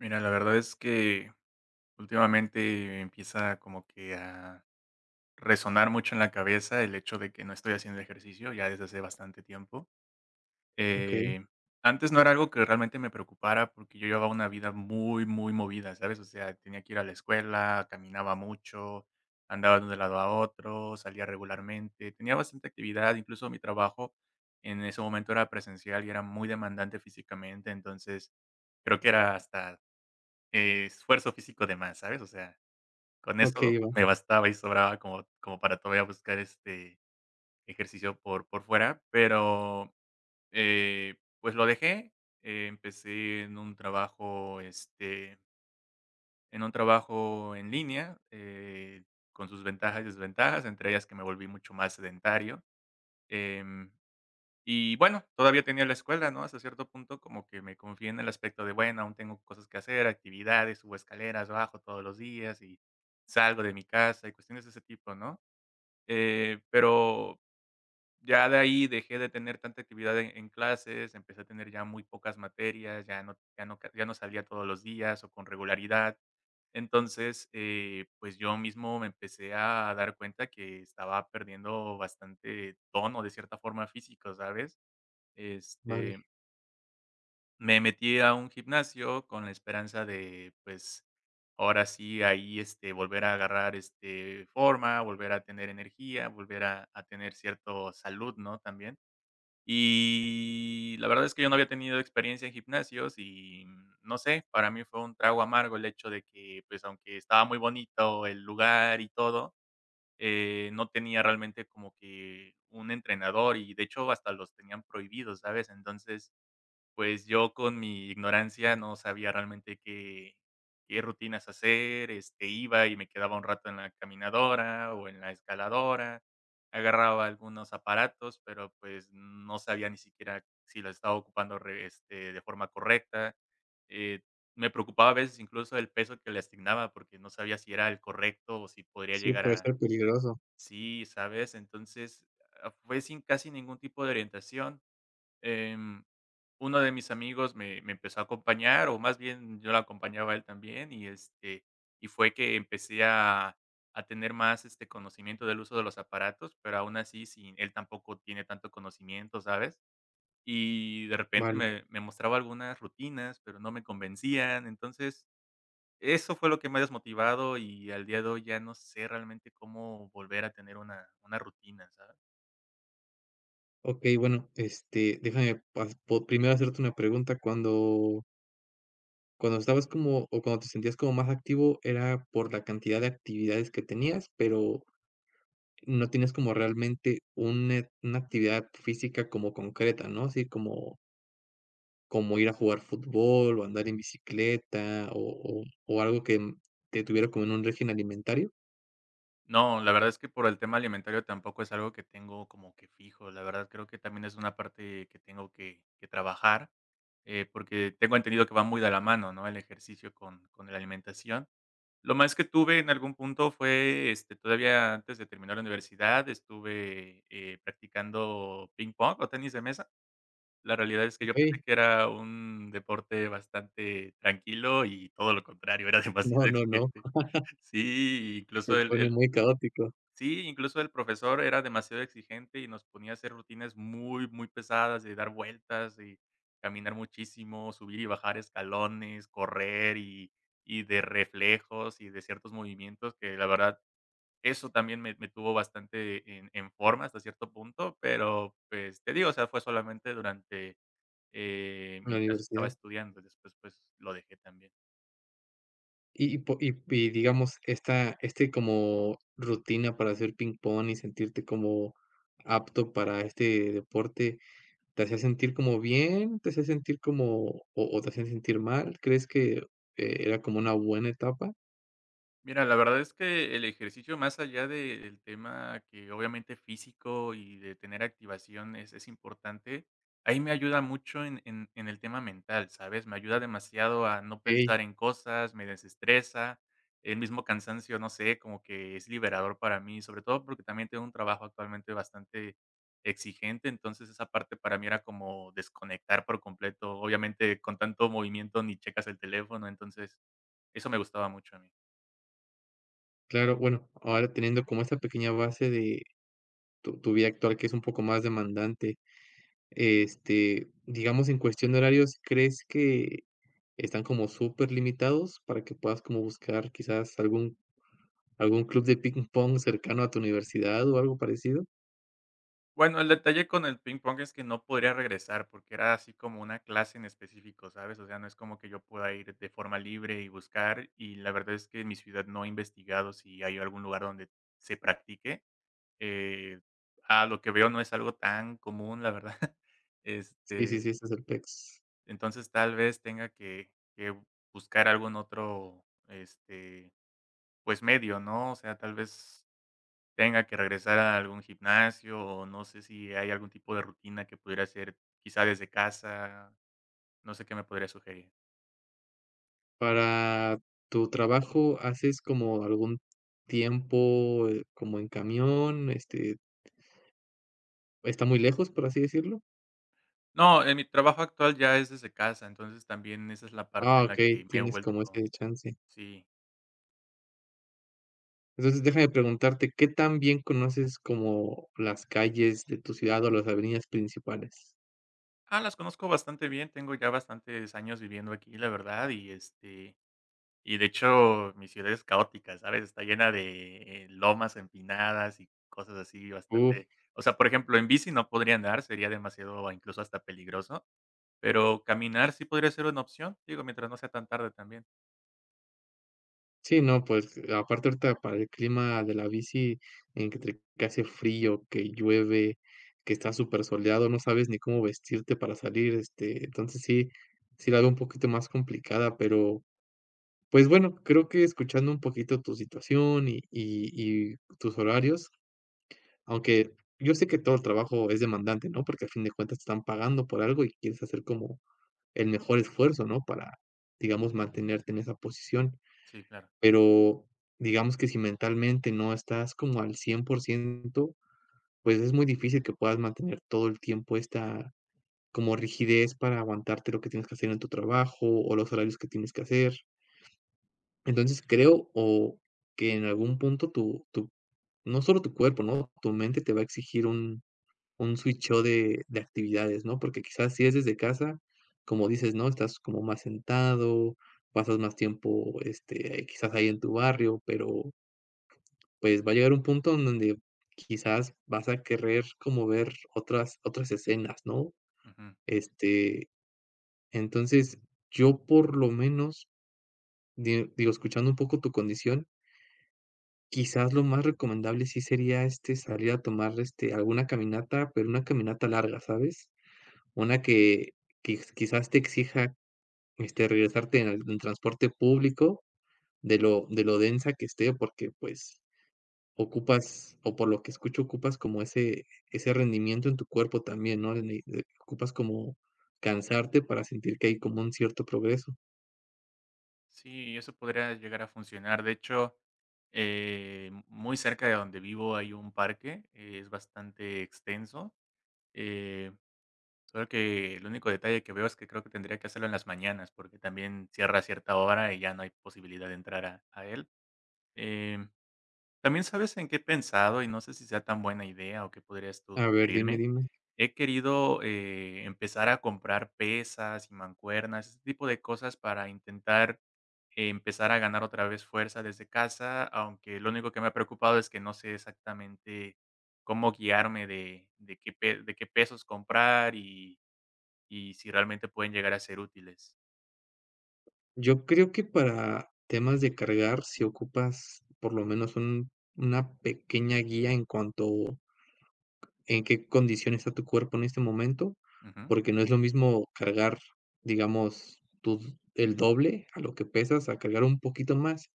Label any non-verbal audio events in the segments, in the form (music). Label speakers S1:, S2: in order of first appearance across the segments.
S1: Mira, la verdad es que últimamente empieza como que a resonar mucho en la cabeza el hecho de que no estoy haciendo ejercicio ya desde hace bastante tiempo.
S2: Okey,
S1: Eh, Antes no era algo que realmente me preocupara porque yo llevaba una vida muy, muy movida, ¿sabes? O sea, tenía que ir a la escuela, caminaba mucho, andaba de un lado a otro, salía regularmente, tenía bastante actividad, incluso mi trabajo en ese momento era presencial y era muy demandante físicamente, entonces creo que era hasta esfuerzo físico de más, ¿sabes? O sea, con eso
S2: okey, va,
S1: me bastaba y sobraba como para todavía buscar, este, ejercicio por fuera, pero, pues, lo dejé. Empecé en un trabajo, este, en un trabajo en línea, con sus ventajas y desventajas, entre ellas que me volví mucho más sedentario, em y bueno, todavía tenía la escuela, ¿no? Hasta cierto punto como que me confié en el aspecto de, bueno, aún tengo cosas que hacer, actividades, subo escaleras, bajo todos los días y salgo de mi casa y cuestiones de ese tipo, ¿no? Pero ya de ahí dejé de tener tanta actividad en clases, empecé a tener ya muy pocas materias, ya no salía todos los días o con regularidad. Entonces, pues yo mismo me empecé a dar cuenta que estaba perdiendo bastante tono de cierta forma físico, ¿sabes?
S2: vale.
S1: Este, Me metí a un gimnasio con la esperanza de, pues, ahora sí, ahí, este, volver a agarrar, este, forma, volver a tener energía, volver a tener cierto salud, ¿no?, también. Y la verdad es que yo no había tenido experiencia en gimnasios y, no sé, para mí fue un trago amargo el hecho de que, pues, aunque estaba muy bonito el lugar y todo, no tenía realmente como que un entrenador y, de hecho, hasta los tenían prohibidos, ¿sabes? Entonces pues, yo con mi ignorancia no sabía realmente qué rutinas hacer, este, iba y me quedaba un rato en la caminadora o en la escaladora, agarraba algunos aparatos, pero, pues, no sabía ni siquiera si los estaba ocupando re este, de forma correcta. Eh, Me preocupaba a veces incluso el peso que le asignaba, porque no sabía si era el correcto o si podría
S2: Sí,
S1: llegar
S2: puede
S1: a
S2: ser peligroso.
S1: sí, ¿sabes? Entonces, fue sin casi ningún tipo de orientación. Em, Uno de mis amigos me empezó a acompañar, o más bien yo lo acompañaba a él también, y, este, y fue que empecé a tener más, este, conocimiento del uso de los aparatos, pero aún así sin él tampoco tiene tanto conocimiento, ¿sabes? Y de repente
S2: Vale.
S1: me mostraba algunas rutinas, pero no me convencían. Entonces, eso fue lo que me ha desmotivado y al día de hoy ya no sé realmente cómo volver a tener una rutina, ¿sabes?
S2: Okey, bueno, déjame pas po primero hacerte una pregunta. Cuando estabas como o cuando te sentías como más activo, ¿era por la cantidad de actividades que tenías, pero no tienes como realmente una actividad física como concreta, no? Así como como ir a jugar fútbol, o andar en bicicleta, o algo que, te tuviera como en un régimen alimentario.
S1: No, la verdad es que por el tema alimentario tampoco es algo que tengo como que fijo. La verdad creo que también es una parte que tengo que trabajar, porque tengo entendido que va muy de la mano, ¿no? El ejercicio con la alimentación. Lo más que tuve en algún punto fue, este, todavía antes de terminar la universidad, estuve practicando ping pong o tenis de mesa. La realidad es que yo pensé
S2: Okey.
S1: que era un deporte bastante tranquilo y todo lo contrario, era (laughs)
S2: No,
S1: demasiado
S2: no, no,
S1: exigente. Sí,
S2: se
S1: incluso
S2: pone muy caótico.
S1: sí, incluso el profesor era demasiado exigente y nos ponía a hacer rutinas muy, muy pesadas de dar vueltas y caminar muchísimo, subir y bajar escalones, correr y de reflejos y de ciertos movimientos que la verdad eso también me tuvo bastante en forma hasta cierto punto, pero pues te digo, o sea, fue solamente durante
S2: La
S1: mientras estaba
S2: diversidad.
S1: estudiando, después pues lo dejé también.
S2: Y po y digamos, esta este como rutina para hacer ping-pong y sentirte como apto para este deporte, ¿te hacía sentir como bien? ¿Te hacía sentir como o te hacía sentir mal? ¿Crees que, era como una buena etapa?
S1: Mira, la verdad es que el ejercicio, más allá del tema que obviamente físico y de tener activación es importante, ahí me ayuda mucho en el tema mental, ¿sabes? Me ayuda demasiado a no
S2: Okey,
S1: pensar en cosas, me desestresa, el mismo cansancio, no sé, como que es liberador para mí, sobre todo porque también tengo un trabajo actualmente bastante exigente, entonces esa parte para mí era como desconectar por completo, obviamente con tanto movimiento ni checas el teléfono, entonces eso me gustaba mucho a mí.
S2: claro, bueno, ahora teniendo como esta pequeña base de tu vida actual, que es un poco más demandante, este, digamos, en cuestión de horarios, ¿crees que están como súper limitados para que puedas como buscar quizás algún ¿algún club de ping pong cercano a tu universidad o algo parecido?
S1: Bueno, el detalle con el ping pong es que no podría regresar, porque era así como una clase en específico, ¿sabes? O sea, no es como que yo pueda ir de forma libre y buscar, y la verdad es que en mi ciudad no he investigado si hay algún lugar donde se practique. Eh, a lo que veo no es algo tan común, la verdad. (laughs)
S2: Sí, sí,
S1: Este,
S2: sí, este es el PEX.
S1: entonces tal vez tenga que buscar algún otro, este, pues medio, ¿no? O sea, tal vez tenga que regresar a algún gimnasio, o no sé si hay algún tipo de rutina que pudiera hacer, quizá desde casa, no sé qué me podría sugerir.
S2: Para tu trabajo, ¿haces como algún tiempo, como en camión? Este, ¿está muy lejos, por así decirlo?
S1: No, en mi trabajo actual ya es desde casa, entonces también esa es la parte
S2: Ah,
S1: en la
S2: okey,
S1: que me he
S2: tienes como
S1: vuelto
S2: ese chance.
S1: sí.
S2: Entonces, déjame preguntarte, ¿qué tan bien conoces como las calles de tu ciudad o las avenidas principales?
S1: Ah, las conozco bastante bien, tengo ya bastantes años viviendo aquí, la verdad, y, este, y de hecho, mi ciudad es caótica, ¿sabes? Está llena de, lomas empinadas y cosas así bastante o sea, por ejemplo, en bici no podría andar, sería demasiado, incluso hasta peligroso. Pero caminar sí podría ser una opción, digo, mientras no sea tan tarde también.
S2: Sí, no, pues, aparte ahorita para el clima de la bici, entre que hace frío, que llueve, que está súper soleado, no sabes ni cómo vestirte para salir, este, entonces sí, sí la veo un poquito más complicada, pero, pues bueno, creo que escuchando un poquito tu situación y tus horarios, aunque yo sé que todo el trabajo es demandante, ¿no? Porque a fin de cuentas te están pagando por algo y quieres hacer como el mejor esfuerzo, ¿no? Para, digamos, mantenerte en esa posición.
S1: Sí, claro.
S2: Pero digamos que si mentalmente no estás como al 100%, pues es muy difícil que puedas mantener todo el tiempo esta como rigidez para aguantarte lo que tienes que hacer en tu trabajo o los horarios que tienes que hacer. Entonces creo o que en algún punto tu tu no solo tu cuerpo, ¿no? Tu mente te va a exigir un switcheo de actividades, ¿no? Porque quizás si es desde casa, como dices, ¿no? Estás como más sentado, pasas más tiempo, este, quizás ahí en tu barrio, pero pues va a llegar un punto en donde quizás vas a querer como ver otras otras escenas, ¿no?
S1: Ujú.
S2: Este, entonces, yo por lo menos, di digo, escuchando un poco tu condición, quizás lo más recomendable sí sería, este, salir a tomar, este, alguna caminata, pero una caminata larga, ¿sabes? Una que quizás te exija, este, regresarte en transporte público de lo densa que esté, porque, pues, ocupas, o por lo que escucho, ocupas como ese rendimiento en tu cuerpo también, ¿no? En el de ocupas como cansarte para sentir que hay como un cierto progreso.
S1: Sí, eso podría llegar a funcionar. De hecho, muy cerca de donde vivo hay un parque, es bastante extenso. Eh, Solo que el único detalle que veo es que creo que tendría que hacerlo en las mañanas, porque también cierra a cierta hora y ya no hay posibilidad de entrar a él. Em, También sabes en qué he pensado y no sé si sea tan buena idea o qué podrías tú
S2: A ver, dime,
S1: sugerirme.
S2: dime.
S1: He querido, empezar a comprar pesas y mancuernas, ese tipo de cosas para intentar empezar a ganar otra vez fuerza desde casa, aunque lo único que me ha preocupado es que no sé exactamente cómo guiarme de qué pesos comprar y si realmente pueden llegar a ser útiles.
S2: Yo creo que para temas de cargar, si ocupas por lo menos un una pequeña guía en cuanto en qué condición está tu cuerpo en este momento,
S1: Ujú,
S2: porque no es lo mismo cargar, digamos, tu el doble a lo que pesas, a cargar un poquito más.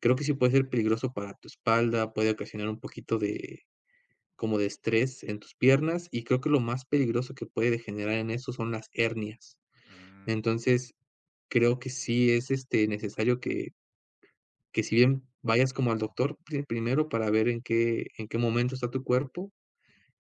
S2: Creo que sí puede ser peligroso para tu espalda, puede ocasionar un poquito de como de estrés en tus piernas, y creo que lo más peligroso que puede degenerar en eso son las hernias.
S1: mm,
S2: Entonces, creo que sí es, este, necesario que si bien vayas como al doctor primero para ver en qué momento está tu cuerpo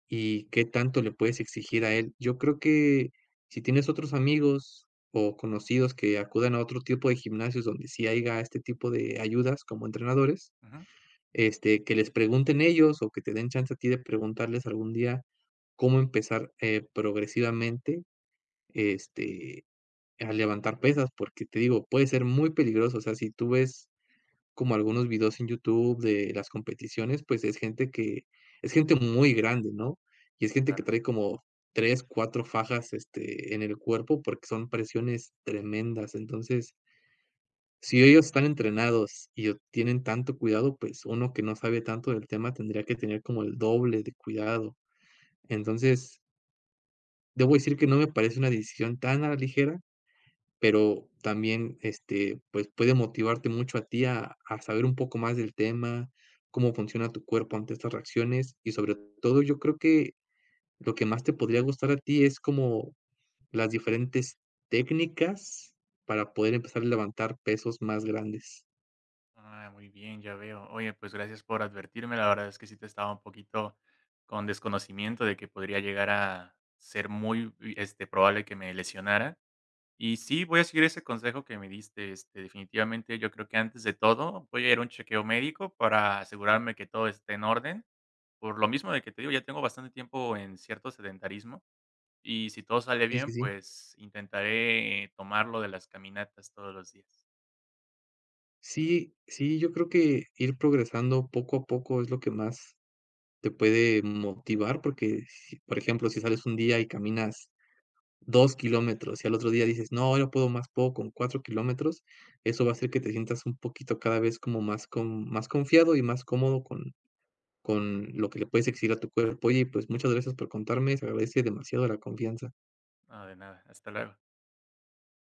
S2: y qué tanto le puedes exigir a él. Yo creo que si tienes otros amigos o conocidos que acudan a otro tipo de gimnasios donde sí haya este tipo de ayudas como entrenadores,
S1: ujú.
S2: este, que les pregunten ellos o que te den chance a ti de preguntarles algún día cómo empezar, progresivamente, este, a levantar pesas, porque te digo, puede ser muy peligroso. O sea, si tú ves como algunos videos en YouTube de las competiciones, pues es gente que es gente muy grande, ¿no? Y es gente que trae como 3 4 fajas, este, en el cuerpo porque son presiones tremendas. Entonces, si ellos están entrenados o tienen tanto cuidado, pues uno que no sabe tanto del tema tendría que tener como el doble de cuidado. Entonces, debo decir que no me parece una decisión tan a la ligera, pero también, este, pues puede motivarte mucho a ti a saber un poco más del tema, cómo funciona tu cuerpo ante estas reacciones y sobre todo yo creo que lo que más te podría gustar a ti es como las diferentes técnicas para poder empezar a levantar pesos más grandes.
S1: Ah, muy bien, ya veo. Oye, pues gracias por advertirme. La verdad es que sí te estaba un poquito con desconocimiento de que podría llegar a ser muy este, probable que me lesionara. Y sí, voy a seguir ese consejo que me diste. Este, definitivamente, yo creo que antes de todo voy a ir a un chequeo médico para asegurarme que todo esté en orden. Por lo mismo de que te digo, ya tengo bastante tiempo en cierto sedentarismo. Y si todo sale
S2: Sí,
S1: bien,
S2: sí, sí.
S1: pues intentaré tomarlo de las caminatas todos los días.
S2: Sí, sí, yo creo que ir progresando poco a poco es lo que más te puede motivar, porque, si- por ejemplo, si sales un día y caminas 2 kilómetros y al otro día dices, no, ahora puedo más, puedo con 4 kilómetros, eso va a hacer que te sientas un poquito cada vez como más, con, más confiado y más cómodo con lo que le puedes exigir a tu cuerpo. Oye, pues muchas gracias por contarme, se agradece demasiado la confianza.
S1: No, de nada. Hasta luego.